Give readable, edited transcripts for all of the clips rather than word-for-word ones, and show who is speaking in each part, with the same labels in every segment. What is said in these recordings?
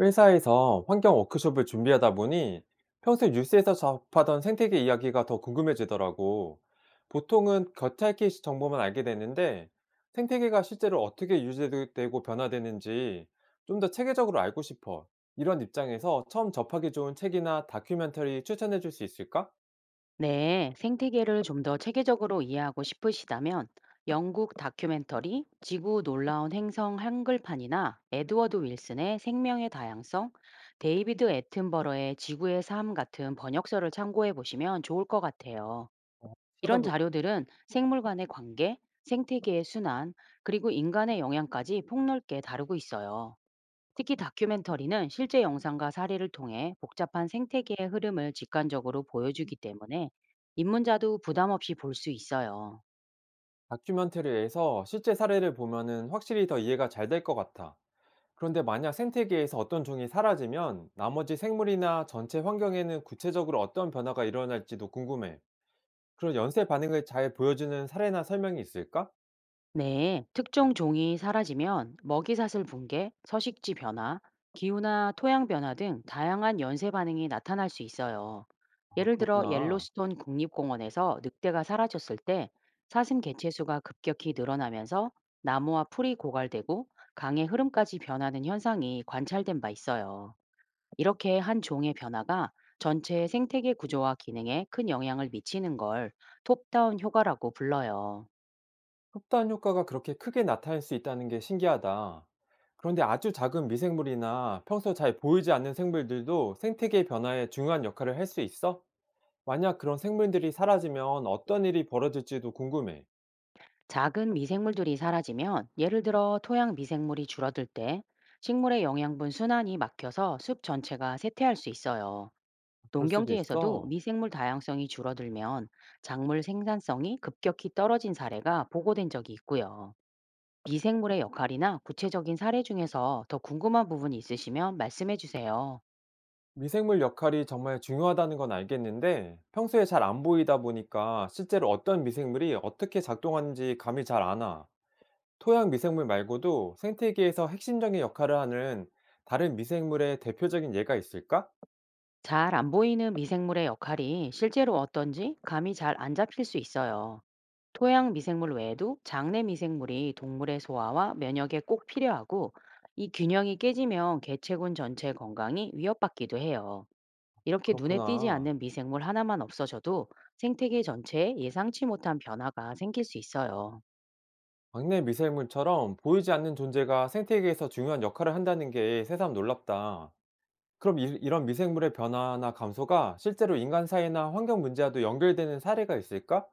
Speaker 1: 회사에서 환경 워크숍을 준비하다 보니 평소 뉴스에서 접하던 생태계 이야기가 더 궁금해지더라고. 보통은 겉핥기 정보만 알게 되는데 생태계가 실제로 어떻게 유지되고 변화되는지 좀 더 체계적으로 알고 싶어. 이런 입장에서 처음 접하기 좋은 책이나 다큐멘터리 추천해 줄 수 있을까?
Speaker 2: 네, 생태계를 좀 더 체계적으로 이해하고 싶으시다면 영국 다큐멘터리 지구 놀라운 행성 한글판이나 에드워드 윌슨의 생명의 다양성, 데이비드 애튼버러의 지구의 삶 같은 번역서를 참고해 보시면 좋을 것 같아요. 이런
Speaker 1: 찾아볼.
Speaker 2: 자료들은 생물 간의 관계, 생태계의 순환, 그리고 인간의 영향까지 폭넓게 다루고 있어요. 특히 다큐멘터리는 실제 영상과 사례를 통해 복잡한 생태계의 흐름을 직관적으로 보여주기 때문에 입문자도 부담 없이 볼 수 있어요.
Speaker 1: 다큐멘터리에서 실제 사례를 보면은 확실히 더 이해가 잘 될 것 같아. 그런데 만약 생태계에서 어떤 종이 사라지면 나머지 생물이나 전체 환경에는 구체적으로 어떤 변화가 일어날지도 궁금해. 그런 연쇄 반응을 잘 보여주는 사례나 설명이 있을까?
Speaker 2: 네, 특정 종이 사라지면 먹이사슬 붕괴, 서식지 변화, 기후나 토양 변화 등 다양한 연쇄 반응이 나타날 수 있어요.
Speaker 1: 아,
Speaker 2: 예를 들어
Speaker 1: 그렇구나.
Speaker 2: 옐로스톤 국립공원에서 늑대가 사라졌을 때 사슴 개체수가 급격히 늘어나면서 나무와 풀이 고갈되고 강의 흐름까지 변하는 현상이 관찰된 바 있어요. 이렇게 한 종의 변화가 전체의 생태계 구조와 기능에 큰 영향을 미치는 걸 톱다운 효과라고 불러요.
Speaker 1: 흡단 효과가 그렇게 크게 나타날 수 있다는 게 신기하다. 그런데 아주 작은 미생물이나 평소 잘 보이지 않는 생물들도 생태계 변화에 중요한 역할을 할 수 있어? 만약 그런 생물들이 사라지면 어떤 일이 벌어질지도 궁금해.
Speaker 2: 작은 미생물들이 사라지면, 예를 들어 토양 미생물이 줄어들 때 식물의 영양분 순환이 막혀서 숲 전체가 쇠퇴할 수 있어요.
Speaker 1: 그럴 수도
Speaker 2: 농경지에서도
Speaker 1: 있어.
Speaker 2: 미생물 다양성이 줄어들면 작물 생산성이 급격히 떨어진 사례가 보고된 적이 있고요. 미생물의 역할이나 구체적인 사례 중에서 더 궁금한 부분이 있으시면 말씀해 주세요.
Speaker 1: 미생물 역할이 정말 중요하다는 건 알겠는데 평소에 잘 안 보이다 보니까 실제로 어떤 미생물이 어떻게 작동하는지 감이 잘 안 와. 토양 미생물 말고도 생태계에서 핵심적인 역할을 하는 다른 미생물의 대표적인 예가 있을까?
Speaker 2: 잘 안 보이는 미생물의 역할이 실제로 어떤지 감이 잘 안 잡힐 수 있어요. 토양 미생물 외에도 장내 미생물이 동물의 소화와 면역에 꼭 필요하고, 이 균형이 깨지면 개체군 전체 건강이 위협받기도 해요. 이렇게 눈에 띄지
Speaker 1: 그렇구나.
Speaker 2: 않는 미생물 하나만 없어져도 생태계 전체에 예상치 못한 변화가 생길 수 있어요.
Speaker 1: 막내 미생물처럼 보이지 않는 존재가 생태계에서 중요한 역할을 한다는 게 새삼 놀랍다. 그럼 이런 미생물의 변화나 감소가 실제로 인간 사회나 환경 문제와도 연결되는 사례가 있을까?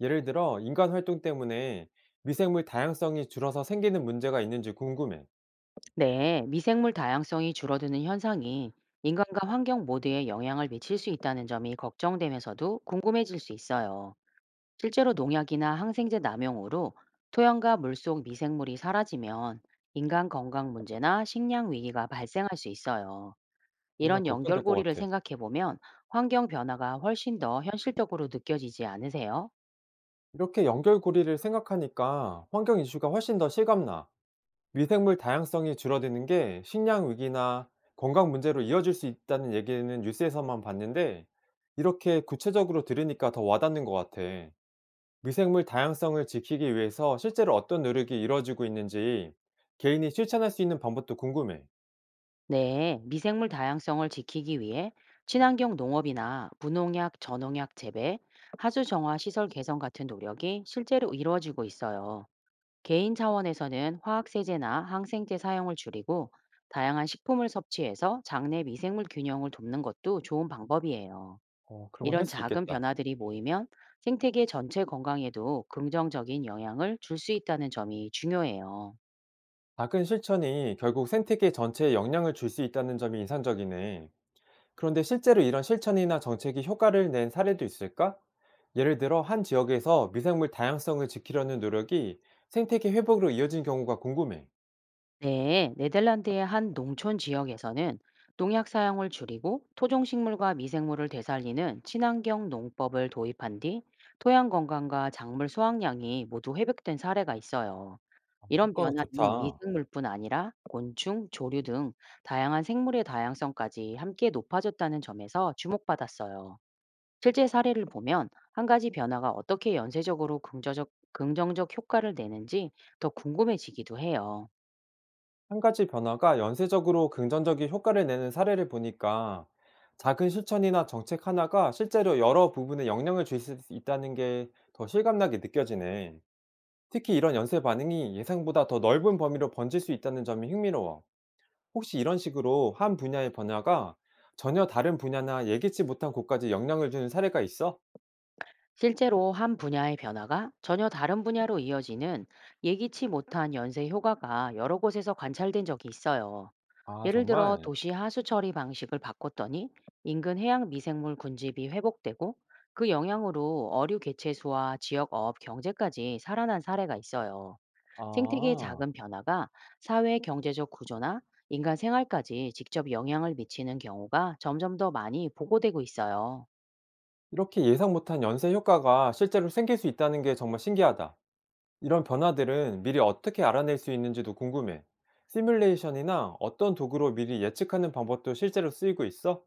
Speaker 1: 예를 들어 인간 활동 때문에 미생물 다양성이 줄어서 생기는 문제가 있는지 궁금해.
Speaker 2: 네, 미생물 다양성이 줄어드는 현상이 인간과 환경 모두에 영향을 미칠 수 있다는 점이 걱정되면서도 궁금해질 수 있어요. 실제로 농약이나 항생제 남용으로 토양과 물속 미생물이 사라지면 인간 건강 문제나 식량 위기가 발생할 수 있어요.
Speaker 1: 정말
Speaker 2: 이런
Speaker 1: 걱정될 것
Speaker 2: 연결고리를
Speaker 1: 같아.
Speaker 2: 생각해 보면 환경 변화가 훨씬 더 현실적으로 느껴지지 않으세요?
Speaker 1: 이렇게 연결고리를 생각하니까 환경 이슈가 훨씬 더 실감나. 미생물 다양성이 줄어드는 게 식량 위기나 건강 문제로 이어질 수 있다는 얘기는 뉴스에서만 봤는데 이렇게 구체적으로 들으니까 더 와닿는 것 같아. 미생물 다양성을 지키기 위해서 실제로 어떤 노력이 이루어지고 있는지 개인이 실천할 수 있는 방법도 궁금해.
Speaker 2: 네, 미생물 다양성을 지키기 위해 친환경 농업이나 무농약, 저농약 재배, 하수 정화 시설 개선 같은 노력이 실제로 이루어지고 있어요. 개인 차원에서는 화학세제나 항생제 사용을 줄이고 다양한 식품을 섭취해서 장내 미생물 균형을 돕는 것도 좋은 방법이에요.
Speaker 1: 어, 그런 건
Speaker 2: 이런
Speaker 1: 할 수
Speaker 2: 작은
Speaker 1: 있겠다.
Speaker 2: 변화들이 모이면 생태계 전체 건강에도 긍정적인 영향을 줄 수 있다는 점이 중요해요.
Speaker 1: 작은 실천이 결국 생태계 전체에 영향을 줄 수 있다는 점이 인상적이네. 그런데 실제로 이런 실천이나 정책이 효과를 낸 사례도 있을까? 예를 들어 한 지역에서 미생물 다양성을 지키려는 노력이 생태계 회복으로 이어진 경우가 궁금해.
Speaker 2: 네, 네덜란드의 한 농촌 지역에서는 농약 사용을 줄이고 토종식물과 미생물을 되살리는 친환경 농법을 도입한 뒤 토양 건강과 작물 수확량이 모두 회복된 사례가 있어요. 이런
Speaker 1: 효과가
Speaker 2: 변화는
Speaker 1: 좋다.
Speaker 2: 미생물뿐 아니라 곤충, 조류 등 다양한 생물의 다양성까지 함께 높아졌다는 점에서 주목받았어요. 실제 사례를 보면 한 가지 변화가 어떻게 연쇄적으로 긍정적 효과를 내는지 더 궁금해지기도 해요.
Speaker 1: 한 가지 변화가 연쇄적으로 긍정적인 효과를 내는 사례를 보니까 작은 실천이나 정책 하나가 실제로 여러 부분에 영향을 줄 수 있다는 게 더 실감나게 느껴지네. 특히 이런 연쇄 반응이 예상보다 더 넓은 범위로 번질 수 있다는 점이 흥미로워. 혹시 이런 식으로 한 분야의 변화가 전혀 다른 분야나 예기치 못한 곳까지 영향을 주는 사례가 있어?
Speaker 2: 실제로 한 분야의 변화가 전혀 다른 분야로 이어지는 예기치 못한 연쇄 효과가 여러 곳에서 관찰된 적이 있어요.
Speaker 1: 아,
Speaker 2: 예를 들어
Speaker 1: 정말?
Speaker 2: 도시 하수 처리 방식을 바꿨더니 인근 해양 미생물 군집이 회복되고, 그 영향으로 어류 개체 수와 지역 어업 경제까지 살아난 사례가 있어요. 생태계의
Speaker 1: 아,
Speaker 2: 작은 변화가 사회 경제적 구조나 인간 생활까지 직접 영향을 미치는 경우가 점점 더 많이 보고되고 있어요.
Speaker 1: 이렇게 예상 못한 연쇄 효과가 실제로 생길 수 있다는 게 정말 신기하다. 이런 변화들은 미리 어떻게 알아낼 수 있는지도 궁금해. 시뮬레이션이나 어떤 도구로 미리 예측하는 방법도 실제로 쓰이고 있어?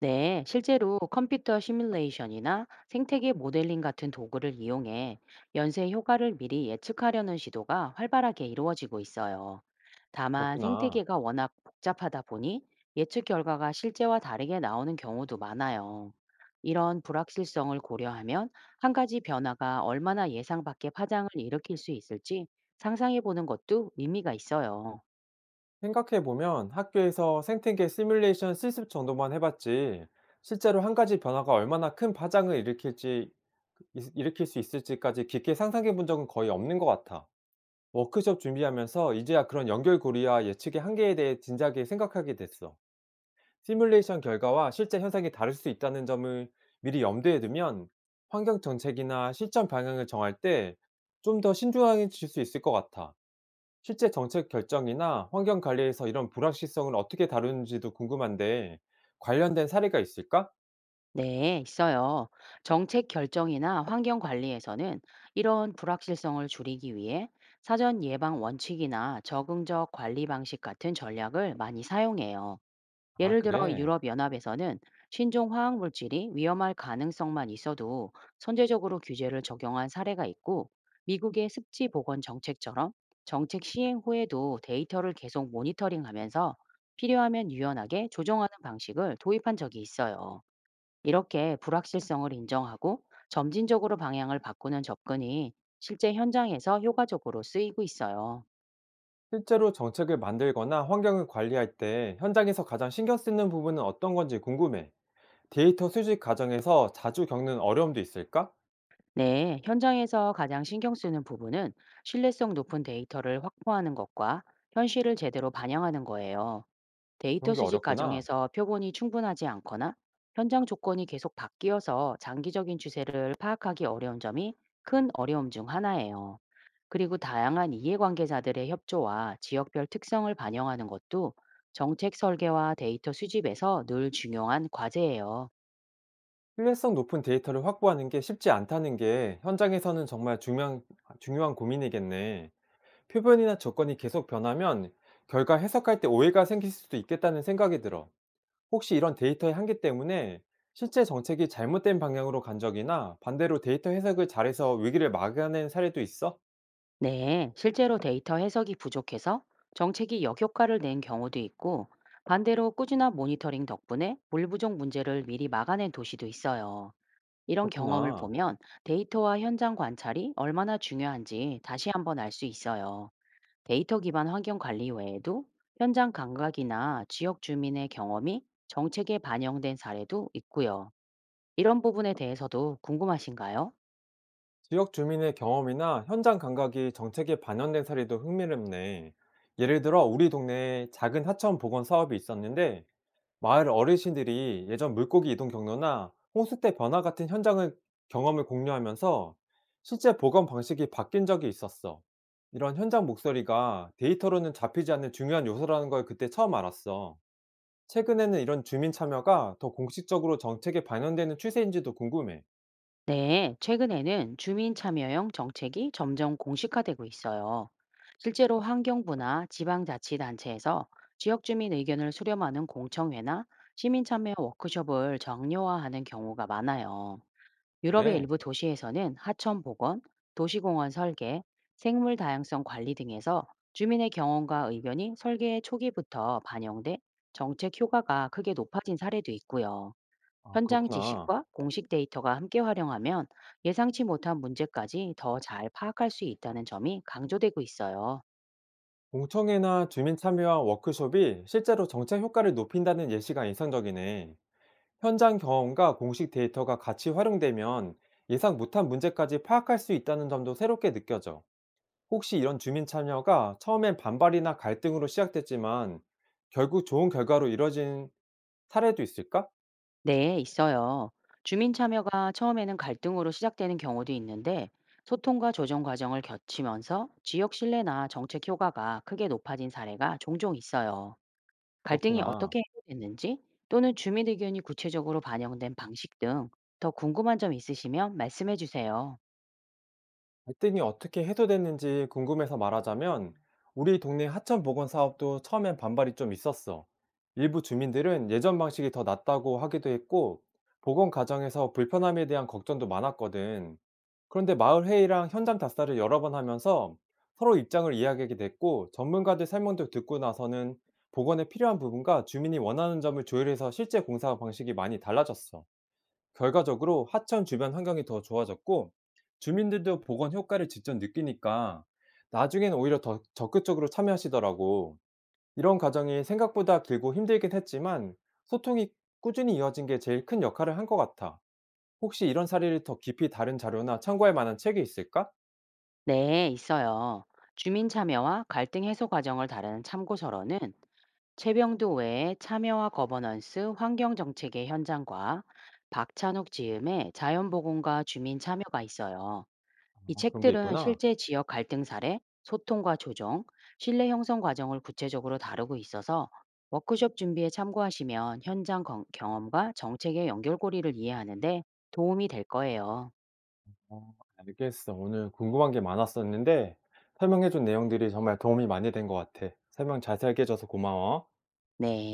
Speaker 2: 네, 실제로 컴퓨터 시뮬레이션이나 생태계 모델링 같은 도구를 이용해 연쇄 효과를 미리 예측하려는 시도가 활발하게 이루어지고 있어요. 다만
Speaker 1: 그렇구나.
Speaker 2: 생태계가 워낙 복잡하다 보니 예측 결과가 실제와 다르게 나오는 경우도 많아요. 이런 불확실성을 고려하면 한 가지 변화가 얼마나 예상 밖의 파장을 일으킬 수 있을지 상상해 보는 것도 의미가 있어요.
Speaker 1: 생각해보면 학교에서 생태계 시뮬레이션 실습 정도만 해봤지, 실제로 한 가지 변화가 얼마나 큰 파장을 일으킬지, 일으킬 수 있을지까지 깊게 상상해 본 적은 거의 없는 것 같아. 워크숍 준비하면서 이제야 그런 연결고리와 예측의 한계에 대해 진지하게 생각하게 됐어. 시뮬레이션 결과와 실제 현상이 다를 수 있다는 점을 미리 염두에 두면 환경 정책이나 실천 방향을 정할 때 좀 더 신중해질 수 있을 것 같아. 실제 정책 결정이나 환경 관리에서 이런 불확실성을 어떻게 다루는지도 궁금한데 관련된 사례가 있을까?
Speaker 2: 네, 있어요. 정책 결정이나 환경 관리에서는 이런 불확실성을 줄이기 위해 사전 예방 원칙이나 적응적 관리 방식 같은 전략을 많이 사용해요.
Speaker 1: 아,
Speaker 2: 예를 들어
Speaker 1: 그래.
Speaker 2: 유럽연합에서는 신종 화학 물질이 위험할 가능성만 있어도 선제적으로 규제를 적용한 사례가 있고, 미국의 습지 보건 정책처럼 정책 시행 후에도 데이터를 계속 모니터링하면서 필요하면 유연하게 조정하는 방식을 도입한 적이 있어요. 이렇게 불확실성을 인정하고 점진적으로 방향을 바꾸는 접근이 실제 현장에서 효과적으로 쓰이고 있어요.
Speaker 1: 실제로 정책을 만들거나 환경을 관리할 때 현장에서 가장 신경 쓰는 부분은 어떤 건지 궁금해. 데이터 수집 과정에서 자주 겪는 어려움도 있을까?
Speaker 2: 네, 현장에서 가장 신경 쓰는 부분은 신뢰성 높은 데이터를 확보하는 것과 현실을 제대로 반영하는 거예요.
Speaker 1: 그런
Speaker 2: 데이터
Speaker 1: 게
Speaker 2: 수집
Speaker 1: 어렵구나.
Speaker 2: 과정에서 표본이 충분하지 않거나 현장 조건이 계속 바뀌어서 장기적인 추세를 파악하기 어려운 점이 큰 어려움 중 하나예요. 그리고 다양한 이해관계자들의 협조와 지역별 특성을 반영하는 것도 정책 설계와 데이터 수집에서 늘 중요한 과제예요.
Speaker 1: 신뢰성 높은 데이터를 확보하는 게 쉽지 않다는 게 현장에서는 중요한 고민이겠네. 표본이나 조건이 계속 변하면 결과 해석할 때 오해가 생길 수도 있겠다는 생각이 들어. 혹시 이런 데이터의 한계 때문에 실제 정책이 잘못된 방향으로 간 적이나 반대로 데이터 해석을 잘해서 위기를 막아낸 사례도 있어?
Speaker 2: 네, 실제로 데이터 해석이 부족해서 정책이 역효과를 낸 경우도 있고, 반대로 꾸준한 모니터링 덕분에 물 부족 문제를 미리 막아낸 도시도 있어요. 이런 경험을
Speaker 1: 그렇구나.
Speaker 2: 보면 데이터와 현장 관찰이 얼마나 중요한지 다시 한번 알 수 있어요. 데이터 기반 환경 관리 외에도 현장 감각이나 지역 주민의 경험이 정책에 반영된 사례도 있고요. 이런 부분에 대해서도 궁금하신가요?
Speaker 1: 지역 주민의 경험이나 현장 감각이 정책에 반영된 사례도 흥미롭네. 예를 들어 우리 동네에 작은 하천 복원 사업이 있었는데 마을 어르신들이 예전 물고기 이동 경로나 홍수 때 변화 같은 현장을 경험을 공유하면서 실제 보건 방식이 바뀐 적이 있었어. 이런 현장 목소리가 데이터로는 잡히지 않는 중요한 요소라는 걸 그때 처음 알았어. 최근에는 이런 주민 참여가 더 공식적으로 정책에 반영되는 추세인지도 궁금해.
Speaker 2: 네, 최근에는 주민 참여형 정책이 점점 공식화되고 있어요. 실제로 환경부나 지방자치단체에서 지역 주민 의견을 수렴하는 공청회나 시민 참여 워크숍을 정례화하는 경우가 많아요. 유럽의
Speaker 1: 그래?
Speaker 2: 일부 도시에서는 하천 복원, 도시공원 설계, 생물 다양성 관리 등에서 주민의 경험과 의견이 설계의 초기부터 반영돼 정책 효과가 크게 높아진 사례도 있고요.
Speaker 1: 아,
Speaker 2: 현장
Speaker 1: 그렇구나.
Speaker 2: 지식과 공식 데이터가 함께 활용하면 예상치 못한 문제까지 더 잘 파악할 수 있다는 점이 강조되고 있어요.
Speaker 1: 공청회나 주민 참여와 워크숍이 실제로 정책 효과를 높인다는 예시가 인상적이네. 현장 경험과 공식 데이터가 같이 활용되면 예상 못한 문제까지 파악할 수 있다는 점도 새롭게 느껴져. 혹시 이런 주민 참여가 처음엔 반발이나 갈등으로 시작됐지만 결국 좋은 결과로 이뤄진 사례도 있을까?
Speaker 2: 네, 있어요. 주민 참여가 처음에는 갈등으로 시작되는 경우도 있는데, 소통과 조정 과정을 거치면서 지역 신뢰나 정책 효과가 크게 높아진 사례가 종종 있어요. 갈등이
Speaker 1: 그렇구나.
Speaker 2: 어떻게 해결됐는지 또는 주민 의견이 구체적으로 반영된 방식 등 더 궁금한 점 있으시면 말씀해 주세요.
Speaker 1: 갈등이 어떻게 해소됐는지 궁금해서 말하자면 우리 동네 하천 복원 사업도 처음엔 반발이 좀 있었어. 일부 주민들은 예전 방식이 더 낫다고 하기도 했고 복원 과정에서 불편함에 대한 걱정도 많았거든. 그런데 마을 회의랑 현장 답사를 여러 번 하면서 서로 입장을 이야기하게 됐고 전문가들 설명도 듣고 나서는 복원에 필요한 부분과 주민이 원하는 점을 조율해서 실제 공사 방식이 많이 달라졌어. 결과적으로 하천 주변 환경이 더 좋아졌고 주민들도 복원 효과를 직접 느끼니까 나중엔 오히려 더 적극적으로 참여하시더라고. 이런 과정이 생각보다 길고 힘들긴 했지만 소통이 꾸준히 이어진 게 제일 큰 역할을 한 것 같아. 혹시 이런 사례를 더 깊이 다른 자료나 참고할 만한 책이 있을까?
Speaker 2: 네, 있어요. 주민 참여와 갈등 해소 과정을 다루는 참고서로는 최병도 외에 참여와 거버넌스 환경정책의 현장과 박찬욱 지음의 자연보건과 주민 참여가 있어요. 이
Speaker 1: 그런 게
Speaker 2: 책들은
Speaker 1: 있구나.
Speaker 2: 실제 지역 갈등 사례, 소통과 조정, 신뢰 형성 과정을 구체적으로 다루고 있어서 워크숍 준비에 참고하시면 현장 경험과 정책의 연결고리를 이해하는데 도움이 될 거예요.
Speaker 1: 어, 알겠어. 오늘 궁금한 게 많았었는데 설명해 준 내용들이 정말 도움이 많이 된 것 같아. 설명 자세하게 해 줘서 고마워.
Speaker 2: 네.